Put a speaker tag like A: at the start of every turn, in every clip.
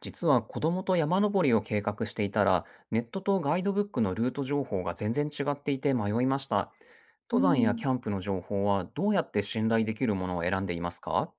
A: 実は子供と山登りを計画していたら、ネットとガイドブックのルート情報が全然違っていて迷いました。
B: う
A: 登山や
B: ん、
A: キャンプの情報はどうやって信頼できるものを選んでいますか？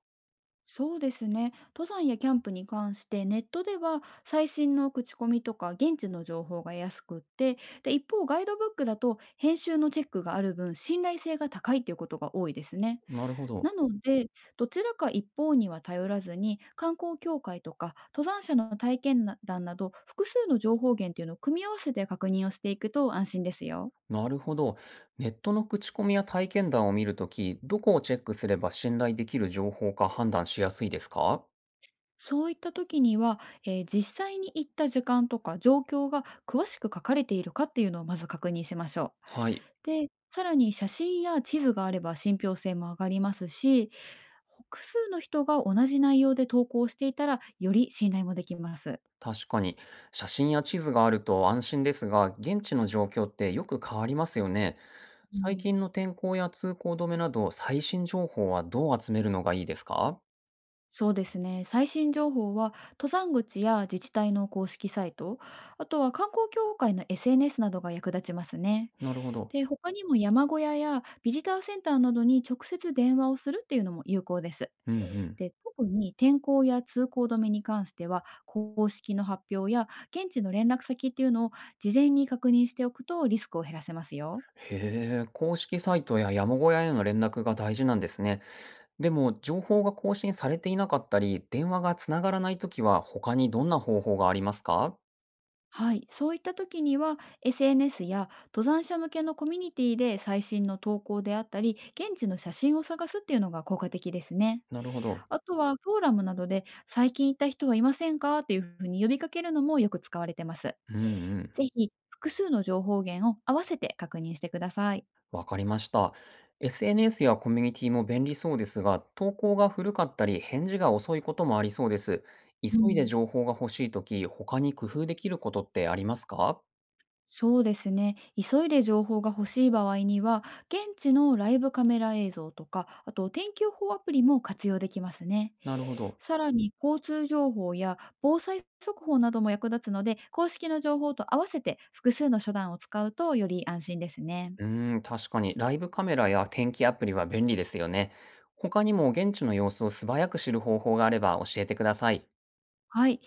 B: そうですね。登山やキャンプに関してネットでは最新の口コミとか現地の情報が安くって、で一方ガイドブックだと編集のチェックがある分信頼性が高いっていうことが多いですね。
A: なるほ
B: な
A: ど。
B: ので、どちらか一方には頼らずに観光協会とか登山者の体験談など複数の情報源っていうのを組み合わせて確認をしていくと安心ですよ。
A: なるほど。ネットの口コミや体験談を見るとき、どこをチェックすれば信頼できる情報か判断しやすいですか？
B: そういった時には、実際に行った時間とか状況が詳しく書かれているかっていうのをまず確認しましょ
A: はい。
B: う。で、さらに写真や地図があれば信憑性も上がりますし、複数の人が同じ内容で投稿していたらより信頼もできます。
A: 確かに、写真や地図があると安心ですが、現地の状況ってよく変わりますよね。
B: う
A: 最
B: ん、
A: 近の天候や通行止めなど、最新情報はどう集めるのがいいですか？
B: そうですね。最新情報は登山口や自治体の公式サイト、あとは観光協会の SNS などが役立ちますね。
A: なるほど。
B: で、他にも山小屋やビジターセンターなどに直接電話をするっていうのも有効です。
A: うんうん。
B: で、特に天候や通行止めに関しては、公式の発表や現地の連絡先っていうのを事前に確認しておくとリスクを減らせますよ。
A: へえ、公式サイトや山小屋への連絡が大事なんですね。でも、情報が更新されていなかったり、電話がつながらないときは、他にどんな方法がありますか？
B: はい、そういった時には SNS や登山者向けのコミュニティで最新の投稿であったり現地の写真を探すっていうのが効果的ですね。
A: なるほど。
B: あとはフォーラムなどで最近行った人はいませんかっていうふうに呼びかけるのもよく使われてます。
A: うんうん。
B: ぜひ、複数の情報源を合わせて確認してください。
A: わかりました。SNS やコミュニティも便利そうですが、投稿が古かったり、返事が遅いこともありそうです。
B: う
A: 急いで
B: ん、
A: 情報が欲しいとき、他に工夫できることってありますか？
B: そうですね。急いで情報が欲しい場合には、現地のライブカメラ映像とか、あと天気予報アプリも活用できますね。
A: なるほど。
B: さらに、交通情報や防災速報なども役立つので、公式の情報と合わせて複数の手段を使うとより安心ですね。
A: うーん、確かに、ライブカメラや天気アプリは便利ですよね。他にも現地の様子を素早く知る方法があれば教えてください。
B: はい。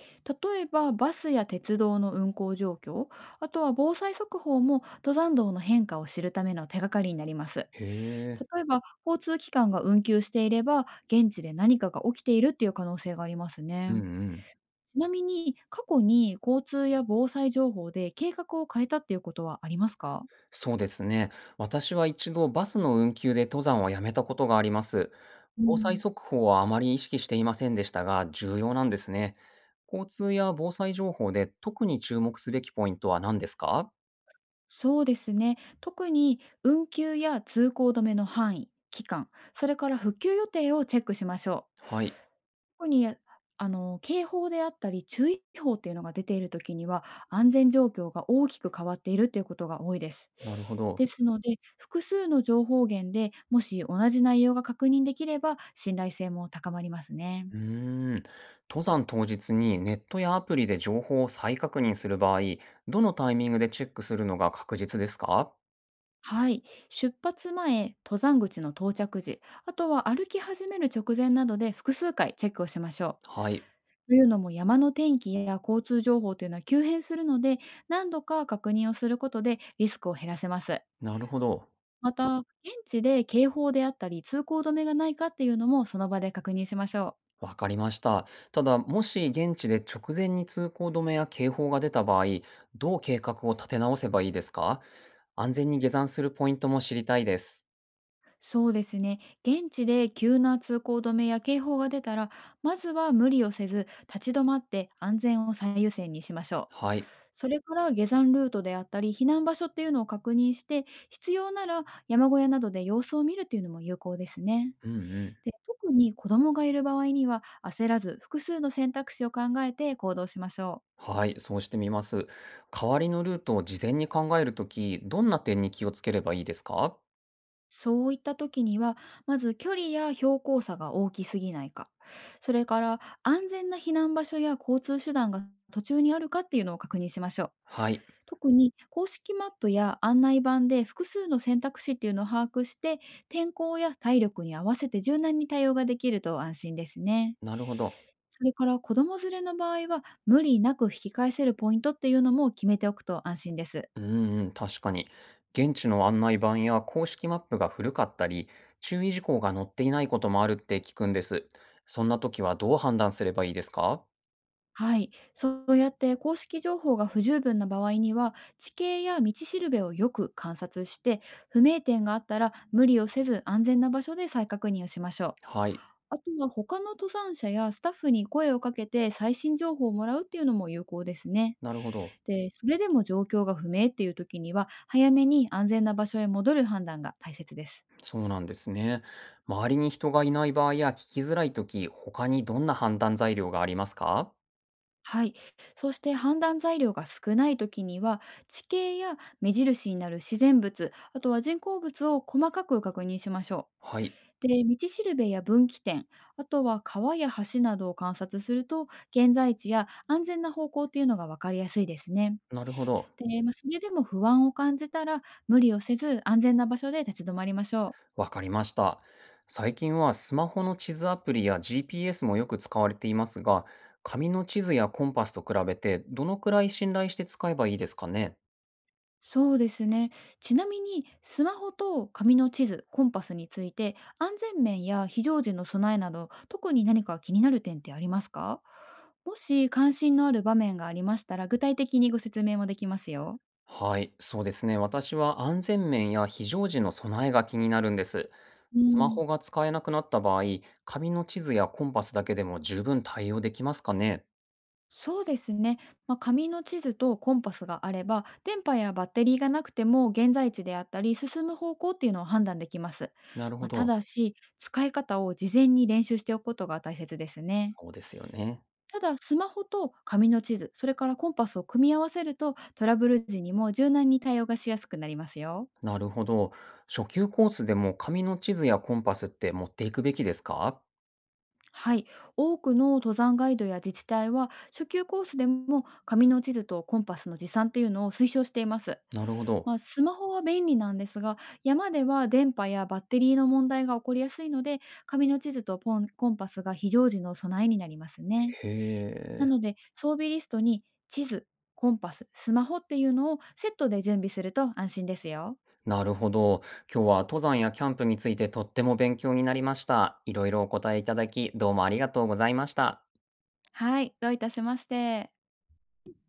B: 例えば、バスや鉄道の運行状況、あとは防災速報も登山道の変化を知るための手がかりになります。
A: へえ。
B: 例えば、交通機関が運休していれば、現地で何かが起きているっていう可能性があります
A: うん
B: ね。
A: うん。
B: ちなみに、過去に交通や防災情報で計画を変えたっていうことはありますか？
A: そうですね。私は一度バスの運休で登山をやめたことがあります。
B: う
A: 防災
B: ん、
A: 速報はあまり意識していませんでしたが、重要なんですね。交通や防災情報で特に注目すべきポイントは何ですか？
B: そうですね。特に運休や通行止めの範囲、期間、それから復旧予定をチェックしましょう。
A: はい。
B: 特に、やあの、警報であったり、注意報っていうのが出ている時には、安全状況が大きく変わっているということが多いです。
A: なるほど。
B: ですので、複数の情報源でもし同じ内容が確認できれば、信頼性も高まりますね。
A: うーん。登山当日にネットやアプリで情報を再確認する場合、どのタイミングでチェックするのが確実ですか？
B: はい、出発前、登山口の到着時、あとは歩き始める直前などで複数回チェックをしましょう。
A: はい。
B: というのも山の天気や交通情報というのは急変するので、何度か確認をすることでリスクを減らせます。
A: なるほど。
B: また、現地で警報であったり、通行止めがないかっていうのもその場で確認しましょう。
A: わかりました。ただ、もし現地で直前に通行止めや警報が出た場合、どう計画を立て直せばいいですか？安全に下山するポイントも知りたいです。
B: そうですね。現地で急な通行止めや警報が出たら、まずは無理をせず、立ち止まって安全を最優先にしましょう。
A: はい。
B: それから下山ルートであったり、避難場所っていうのを確認して、必要なら山小屋などで様子を見るっていうのも有効ですね。
A: うんうん。
B: で、特に子供がいる場合には、焦らず複数の選択肢を考えて行動しましょう。
A: はい。そうしてみます。代わりのルートを事前に考えるとき、どんな点に気をつければいいですか？
B: そういった時には、まず距離や標高差が大きすぎないか、それから安全な避難場所や交通手段が途中にあるかっていうのを確認しましょう。
A: はい。
B: 特に公式マップや案内板で複数の選択肢っていうのを把握して、天候や体力に合わせて柔軟に対応ができると安心ですね。
A: なるほど。
B: それから子供連れの場合は、無理なく引き返せるポイントっていうのも決めておくと安心です。
A: うんうん。確かに。現地の案内板や公式マップが古かったり、注意事項が載っていないこともあるって聞くんです。そんな時はどう判断すればいいですか？
B: はい、そうやって公式情報が不十分な場合には地形や道しるべをよく観察して、不明点があったら無理をせず安全な場所で再確認をしましょう。
A: はい、
B: あとは他の登山者やスタッフに声をかけて最新情報をもらうっていうのも有効ですね。
A: なるほど。
B: で、それでも状況が不明っていう時には早めに安全な場所へ戻る判断が大切です。
A: そうなんですね。周りに人がいない場合や聞きづらいとき、他にどんな判断材料がありますか？
B: はい。そして判断材料が少ないときには、地形や目印になる自然物、あとは人工物を細かく確認しましょ
A: はい、
B: う。で、道しるべや分岐点、あとは川や橋などを観察すると、現在地や安全な方向っていうのが分かりやすいですね。
A: なるほど。
B: で、まあ、それでも不安を感じたら、無理をせず安全な場所で立ち止まりましょう。
A: わかりました。最近はスマホの地図アプリや GPS もよく使われていますが、紙の地図やコンパスと比べてどのくらい信頼して使えばいいですかね？
B: そうですね。ちなみにスマホと紙の地図、コンパスについて安全面や非常時の備えなど特に何か気になる点ってありますか？もし関心のある場面がありましたら具体的にご説明もできますよ。
A: はい、そうですね。私は安全面や非常時の備えが気になるんです。
B: う
A: スマ
B: ん、
A: ホが使えなくなった場合、紙の地図やコンパスだけでも十分対応できますかね？
B: そうですね、まあ、紙の地図とコンパスがあれば電波やバッテリーがなくても現在地であったり進む方向っていうのを判断できます。
A: なる
B: ま
A: ほ
B: あ、た
A: ど。
B: だし使い方を事前に練習しておくことが大切ですね。
A: そうですよね。
B: ただ、スマホと紙の地図、それからコンパスを組み合わせると、トラブル時にも柔軟に対応がしやすくなりますよ。
A: なるほど。初級コースでも紙の地図やコンパスって持っていくべきですか？
B: はい、多くの登山ガイドや自治体は初級コースでも紙の地図とコンパスの持参っていうのを推奨しています。
A: なるほど。
B: まあ、スマホは便利なんですが、山では電波やバッテリーの問題が起こりやすいので、紙の地図とポンコンパスが非常時の備えになりますね。
A: へ
B: な
A: え。
B: ので、装備リストに地図、コンパス、スマホっていうのをセットで準備すると安心ですよ。
A: なるほど。今日は登山やキャンプについてとっても勉強になりました。いろいろお答えいただき、どうもありがとうございました。
B: はい、どういたしまして。